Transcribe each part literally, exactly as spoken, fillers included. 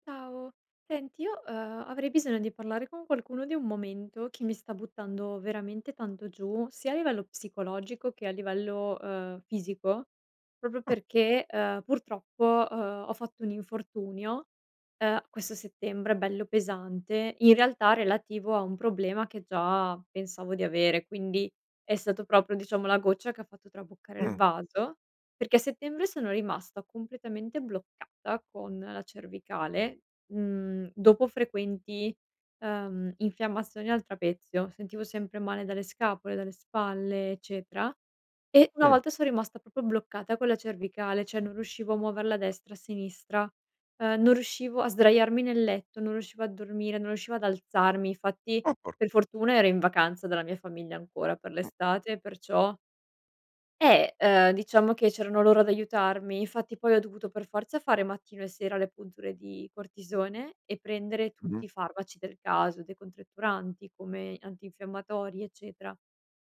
Ciao, senti, io eh, avrei bisogno di parlare con qualcuno di un momento che mi sta buttando veramente tanto giù, sia a livello psicologico che a livello eh, fisico, proprio perché eh, purtroppo eh, ho fatto un infortunio eh, questo settembre, bello pesante, in realtà relativo a un problema che già pensavo di avere, quindi è stato proprio, diciamo, la goccia che ha fatto traboccare il Mh, vaso. Perché a settembre sono rimasta completamente bloccata con la cervicale, mhmm, dopo frequenti, ehm, infiammazioni al trapezio. Sentivo sempre male dalle scapole, dalle spalle, eccetera. E una mh. volta son rimasta proprio bloccata con la cervicale, cioè non riuscivo a muoverla a destra, a sinistra, ehm, non riuscivo a sdraiarmi nel letto, non riuscivo a dormire, non riuscivo ad alzarmi. Infatti, Oh por per fortuna ero in vacanza dalla mia famiglia ancora per Mh, l'estate, perciò e Eh, ehm, diciamo che c'erano loro ad aiutarmi, infatti poi ho dovuto per forza fare mattino e sera le punture di cortisone e prendere mh, tutti i farmaci del caso, decontretturanti come antinfiammatori, eccetera,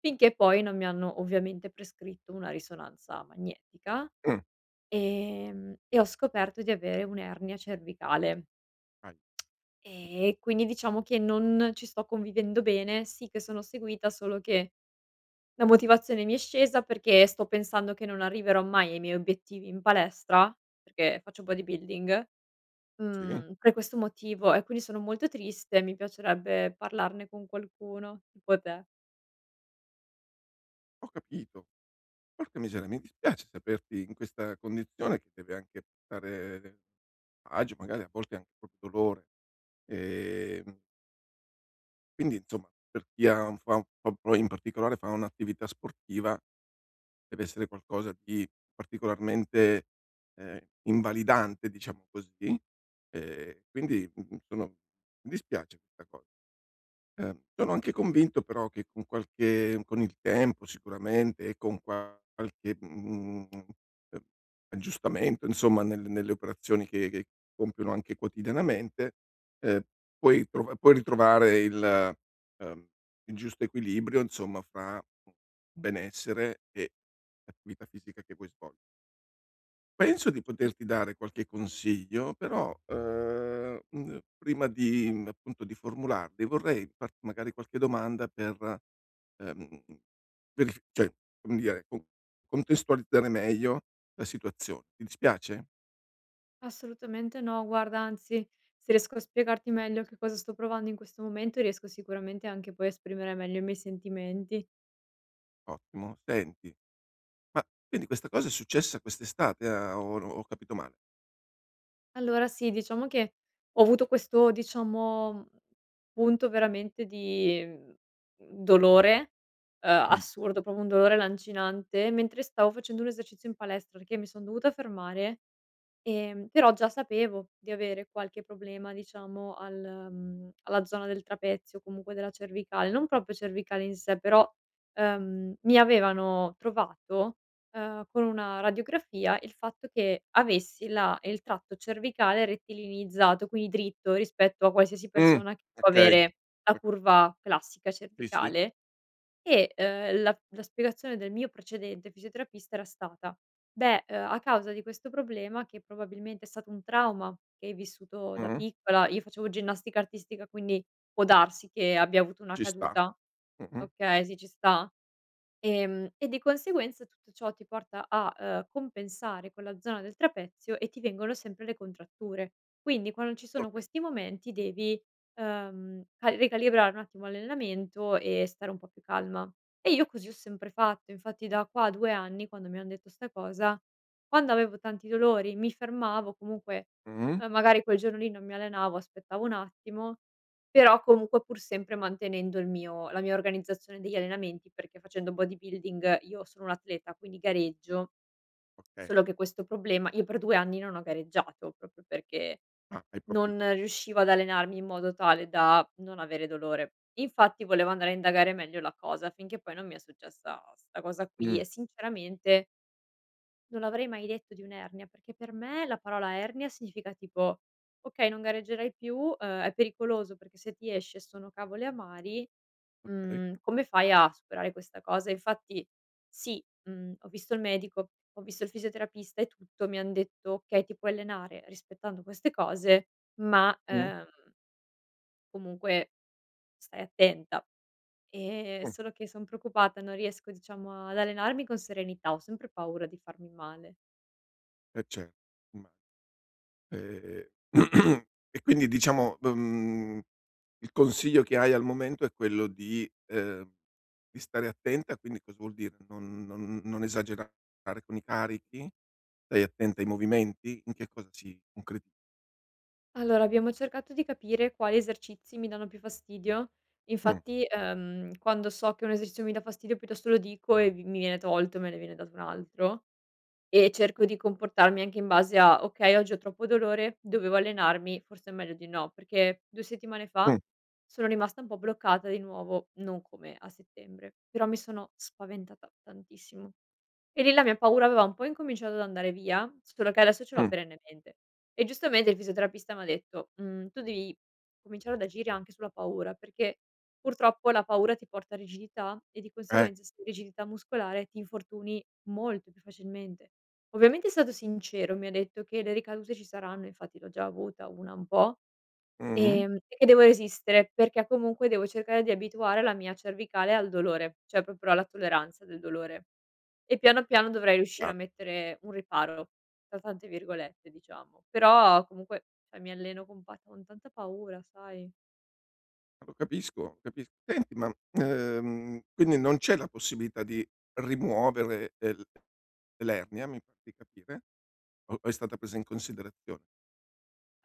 finché poi non mi hanno ovviamente prescritto una risonanza magnetica, mh. ehm, e ho scoperto di avere un'ernia cervicale. Vai, mh. E quindi diciamo che non ci sto convivendo bene. Sì che sono seguita, solo che la motivazione mi è scesa perché sto pensando che non arriverò mai ai miei obiettivi in palestra, perché faccio bodybuilding, Sì. mhmm, per questo motivo e quindi sono molto triste e mi piacerebbe parlarne con qualcuno, tipo te. Ho capito. Porca miseria, mi dispiace saperti in questa condizione che deve anche portare agio, magari a volte anche proprio dolore. Ehm, quindi insomma per chi ha un fa proprio in particolare fa un'attività sportiva, deve essere qualcosa di particolarmente, ehm, invalidante, diciamo così. Ehm, quindi, mhmm, sono mi dispiace questa cosa. Ehm, sono anche convinto però che con qualche con il tempo sicuramente e con qualche, mhmm, ehm, aggiustamento insomma nel nelle operazioni che che compiono anche quotidianamente, ehm, puoi trova puoi ritrovare il ehm, il giusto equilibrio insomma fra benessere e l'attività fisica che vuoi svol Penso di Mh. poterti dare qualche consiglio, però, ehm, mhmm, prima di mhmm, appunto, di formularli vorrei farti magari qualche domanda per, ehm, verif cioè, come dire, con contestualizzare meglio la situazione. Ti dispiace? Assolutamente no, guarda, anzi, se riesco a spiegarti meglio che cosa sto provando in questo momento, riesco sicuramente anche poi a esprimere meglio i miei sentimenti. Ottimo. Senti, ma quindi questa cosa è successa quest'estate, a o no, ho capito male? Allora sì, diciamo che ho avuto questo, diciamo, mhmm, punto veramente di, mhmm, dolore, uhm, assurdo, proprio un dolore lancinante mentre stavo facendo un esercizio in palestra, perché mi son dovuta fermare. Ehm, però già sapevo di avere qualche problema, diciamo, al mhmm, alla zona del trapezio, comunque della cervicale, non proprio cervicale in sé, però, ehm, mi avevano trovato, ehm, con una radiografia il fatto che avessi la il tratto cervicale rettilinizzato, quindi dritto rispetto a qualsiasi Mh, persona che può okay. avere la O curva classica sì, sì. cervicale. E, ehm, la la spiegazione del mio precedente fisioterapista era stata: "Beh, ehm, a causa di questo problema che probabilmente è stato un trauma che hai vissuto da Mh-mh. piccola" — io facevo ginnastica artistica, quindi può darsi che abbia avuto una Ci sta. caduta, Mh-mh. okay, sì, ci sta. Ehm, e di conseguenza tutto ciò ti porta a, ehm, compensare quella zona del trapezio e ti vengono sempre le contratture. Quindi quando ci sono Okay. questi momenti devi, ehm, cal ricalibrare un attimo l'allenamento e stare un po' più calma. E io così ho sempre fatto, infatti da qua a due anni quando mi han detto sta cosa, quando avevo tanti dolori mi fermavo, comunque, Mh-mh. ehm, magari quel giorno lì non mi allenavo, aspettavo un attimo, però comunque pur sempre mantenendo il mio la mia organizzazione degli allenamenti, perché facendo bodybuilding io sono un'atleta, quindi gareggio, Okay. solo che questo problema io per due anni non ho gareggiato, proprio perché Ah, hai proprio non riuscivo ad allenarmi in modo tale da non avere dolore. Infatti volevo andare a indagare meglio la cosa, finché poi non mi è successa 'sta cosa qui e mh, sinceramente non l'avrei mai detto di un'ernia, perché per me la parola ernia significa tipo: "Okay, non gareggerai più, ehm, è pericoloso perché se ti esce sono cavoli amari, okay. mhmm, come fai a superare questa cosa?" Infatti sì, mhmm, ho visto il medico, ho visto il fisioterapista e tutto, mi han detto: "Okay, ti puoi allenare rispettando queste cose, ma, Mh. ehm, comunque stai attenta." Ehm, Mh, Solo che son preoccupata, non riesco diciamo ad allenarmi con serenità, ho sempre paura di farmi male. eh cer imma ehm, e quindi diciamo, mhmm, il consiglio che hai al momento è quello di ehm, di stare attenta, quindi cosa vuol dire? Non non non esagerare con i carichi? Stai attenta ai movimenti? In che cosa si concreti Allora, abbiamo cercato di capire quali esercizi mi danno più fastidio. Mh, Infatti, ehm, quando so che un esercizio mi dà fastidio, piuttosto lo dico e vi mi viene tolto, me ne viene dato un altro. E cerco di comportarmi anche in base a: "Okay, oggi ho troppo dolore, dovevo allenarmi, forse è meglio di no", perché due settimane mh, fa sono rimasta un po' bloccata di nuovo, non come a settembre, però mi sono spaventata tantissimo. E lì la mia paura aveva un po' incominciato ad andare via, solo che adesso ce l'ho mh, perennemente. E giustamente il fisioterapista m'ha detto: "Mhmm, tu devi cominciare ad agire anche sulla paura, perché purtroppo la paura ti porta a rigidità e di eh, conseguenza se hai rigidità muscolare ti infortuni molto più facilmente". Ovviamente è stato sincero, mi ha detto che le ricadute ci saranno, infatti l'ho già avuta una un po', mh-mh. ehm, e che devo resistere, perché comunque devo cercare di abituare la mia cervicale al dolore, cioè proprio alla tolleranza del dolore. E piano, piano dovrei riuscire a Chiaro. mettere un "riparo", tra tante virgolette diciamo. Però comunque, cioè mi alleno con pa con tanta paura, sai? Lo capisco, lo capisco. Senti, ma, ehm, quindi non c'è la possibilità di rimuovere, ehm, l l'ernia, mi par di capire? O o è stata presa in considerazione?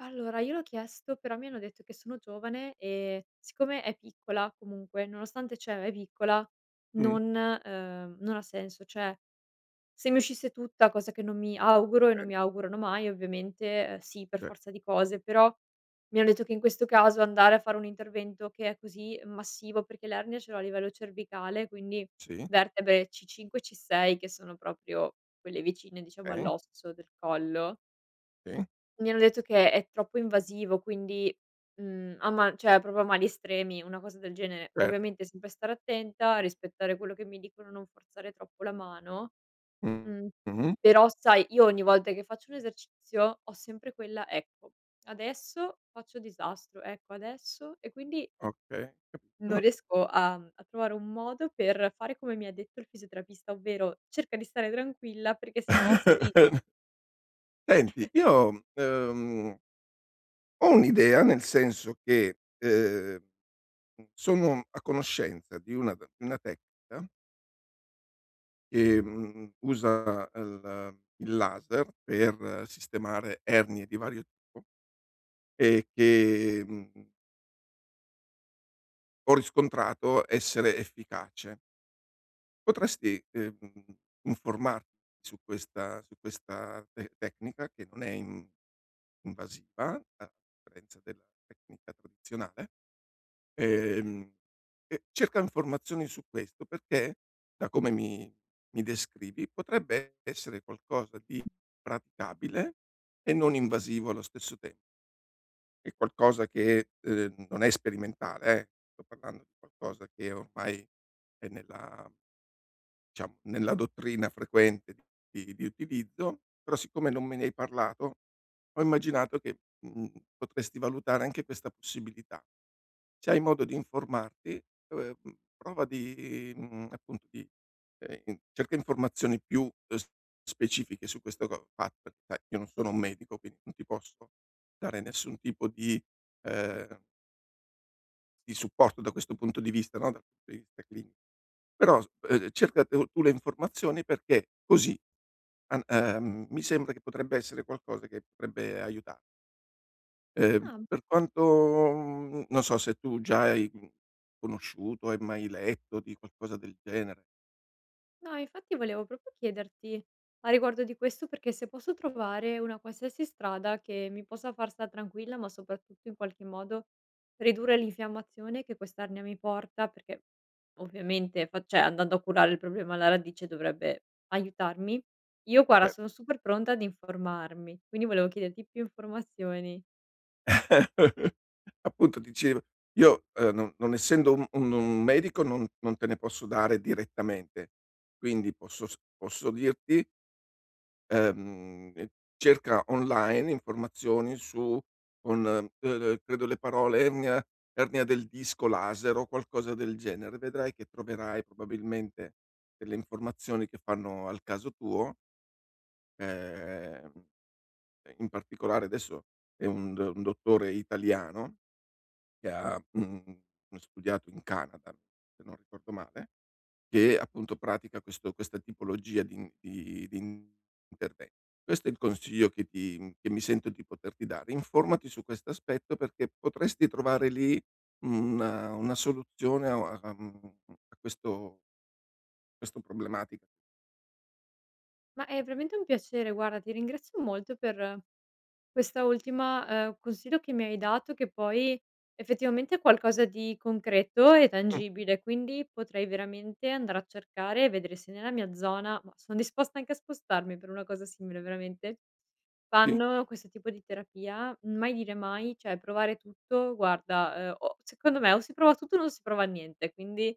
Allora io l'ho chiesto, però mi hanno detto che sono giovane e siccome è piccola comunque, nonostante cioè è piccola, Mh, non ehm, non ha senso. Cioè se mi uscisse tutta, cosa che non mi auguro e non okay, mi augurano mai ovviamente, ehm, sì, per ce forza di cose, però mi hanno detto che in questo caso andare a fare un intervento che è così massivo perché l'ernia ce l'ho a livello cervicale, quindi sì, vertebre C cinque e C sei che sono proprio quelle vicine diciamo okay, all'osso del collo, sì, mi hanno detto che è troppo invasivo, quindi, mhmm, a ma cioè proprio a mali estremi, una cosa del genere. certo. Ovviamente sempre stare attenta, rispettare quello che mi dicono, non forzare troppo la mano. Mh. Mh-mh, Però sai, io ogni volta che faccio un esercizio ho sempre quella: "Ecco, adesso faccio disastro, ecco adesso", e quindi okay, non capito. riesco a mhmm, a trovare un modo per fare come mi ha detto il fisioterapista, ovvero cerca di stare tranquilla perché se no sei rigida. Senti, io, ehm, ho un'idea, nel senso che, ehm, sono a conoscenza di una d una tecnica che, mhmm, usa il il laser per sistemare ernie di vario tipo e che, mhmm, ho riscontrato essere efficace. Potresti, ehm, informarti su questa su questa te tecnica che non è in invasiva, a differenza della tecnica tradizionale, ehm, e cerca informazioni su questo perché, da come mi mi descrivi, potrebbe essere qualcosa di praticabile e non invasivo allo stesso tempo. È qualcosa che, ehm, non è sperimentale, eh, sto parlando di qualcosa che ormai è nella diciamo, nella dottrina frequente di di utilizzo, però siccome non me ne hai parlato, ho immaginato che, mhmm, potresti valutare anche questa possibilità. Se hai modo di informarti, ehm, prova di mhmm, appunto di ehm, cerca informazioni più, uhm, s specifiche su questo co fatto, perché sai io non sono un medico, quindi non ti posso dare nessun tipo di ehm, di supporto da questo punto di vista, no, dal punto di vista clini però s uhm, Cerca tu tu le informazioni perché così, an ehm, mi sembra che potrebbe essere qualcosa che potrebbe aiuta Ehm, Ah, beh. Per quanto mhmm, non so se tu già hai, mhmm, conosciuto, hai mai letto di qualcosa del genere. No, infatti volevo proprio chiederti a riguardo di questo, perché se posso trovare una qualsiasi strada che mi possa far stare tranquilla, ma soprattutto in qualche modo ridurre l'infiammazione che quest'arnia mi porta, perché ovviamente fa- cioè, andando a curare il problema alla radice dovrebbe aiutarmi. Io guarda, Cioè, sono super pronta ad informarmi, quindi volevo chiederti più informazioni. appunto dicevo, io, ehm, non non essendo un un un medico non non te ne posso dare direttamente. Quindi posso s posso dirti, ehm, ehm, cerca online informazioni su con, ehm, eh, credo le parole ernia, ernia del disco, laser, o qualcosa del genere, vedrai che troverai probabilmente delle informazioni che fanno al caso tuo. Ehm, in particolare adesso è un d un dottore italiano che ha, mhmm, studiato in Canada, se non ricordo male, che appunto pratica questo questa tipologia di in di di interve Questo è il consiglio che ti mhmm, che mi sento di poterti dare. Informati su questo aspetto perché potresti trovare lì una una soluzione a a a mhmm, a questo questo problematica. Ma è veramente un piacere, guarda, ti ringrazio molto per questa ultima, ehm, consiglio che mi hai dato, che poi effettivamente è qualcosa di concreto e Mh, tangibile, quindi potrei veramente andare a cercare e vedere se nella mia zona, ma son disposta anche a spostarmi per una cosa simile veramente, sì, fanno questo tipo di terapia. Mai dire mai, cioè provare tutto guarda, ehm, o secondo me o si prova tutto o non si prova niente, quindi,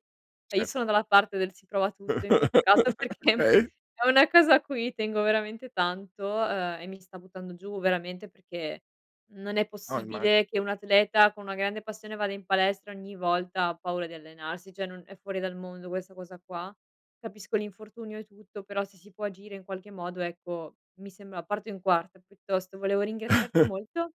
ehm, io certo. sono dalla parte del si prova tutto in questo caso perché Okay. è una cosa a cui tengo veramente tanto, uhm, e mi sta buttando giù veramente, perché non è No, immagino. possibile che un atleta con una grande passione vada in palestra ogni volta ha paura di allenarsi, cioè non è fuori dal mondo questa cosa qua. Capisco l'infortunio e tutto, però se si può agire in qualche modo, ecco, mi sembra parto in quarta piuttosto. Volevo ringraziarti molto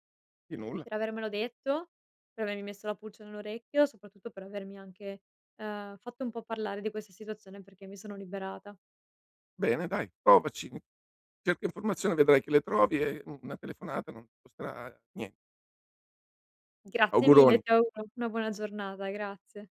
Di nulla. per avermelo detto, per avermi messo la pulce nell'orecchio, soprattutto per avermi anche, uhm, fatto un po' parlare di questa situazione perché mi sono liberata. Bene dai, provaci, cerca informazioni, vedrai che le trovi e una telefonata non ti costerà nien Grazie mille, Auguroni. ti auguro una buona giornata, grazie.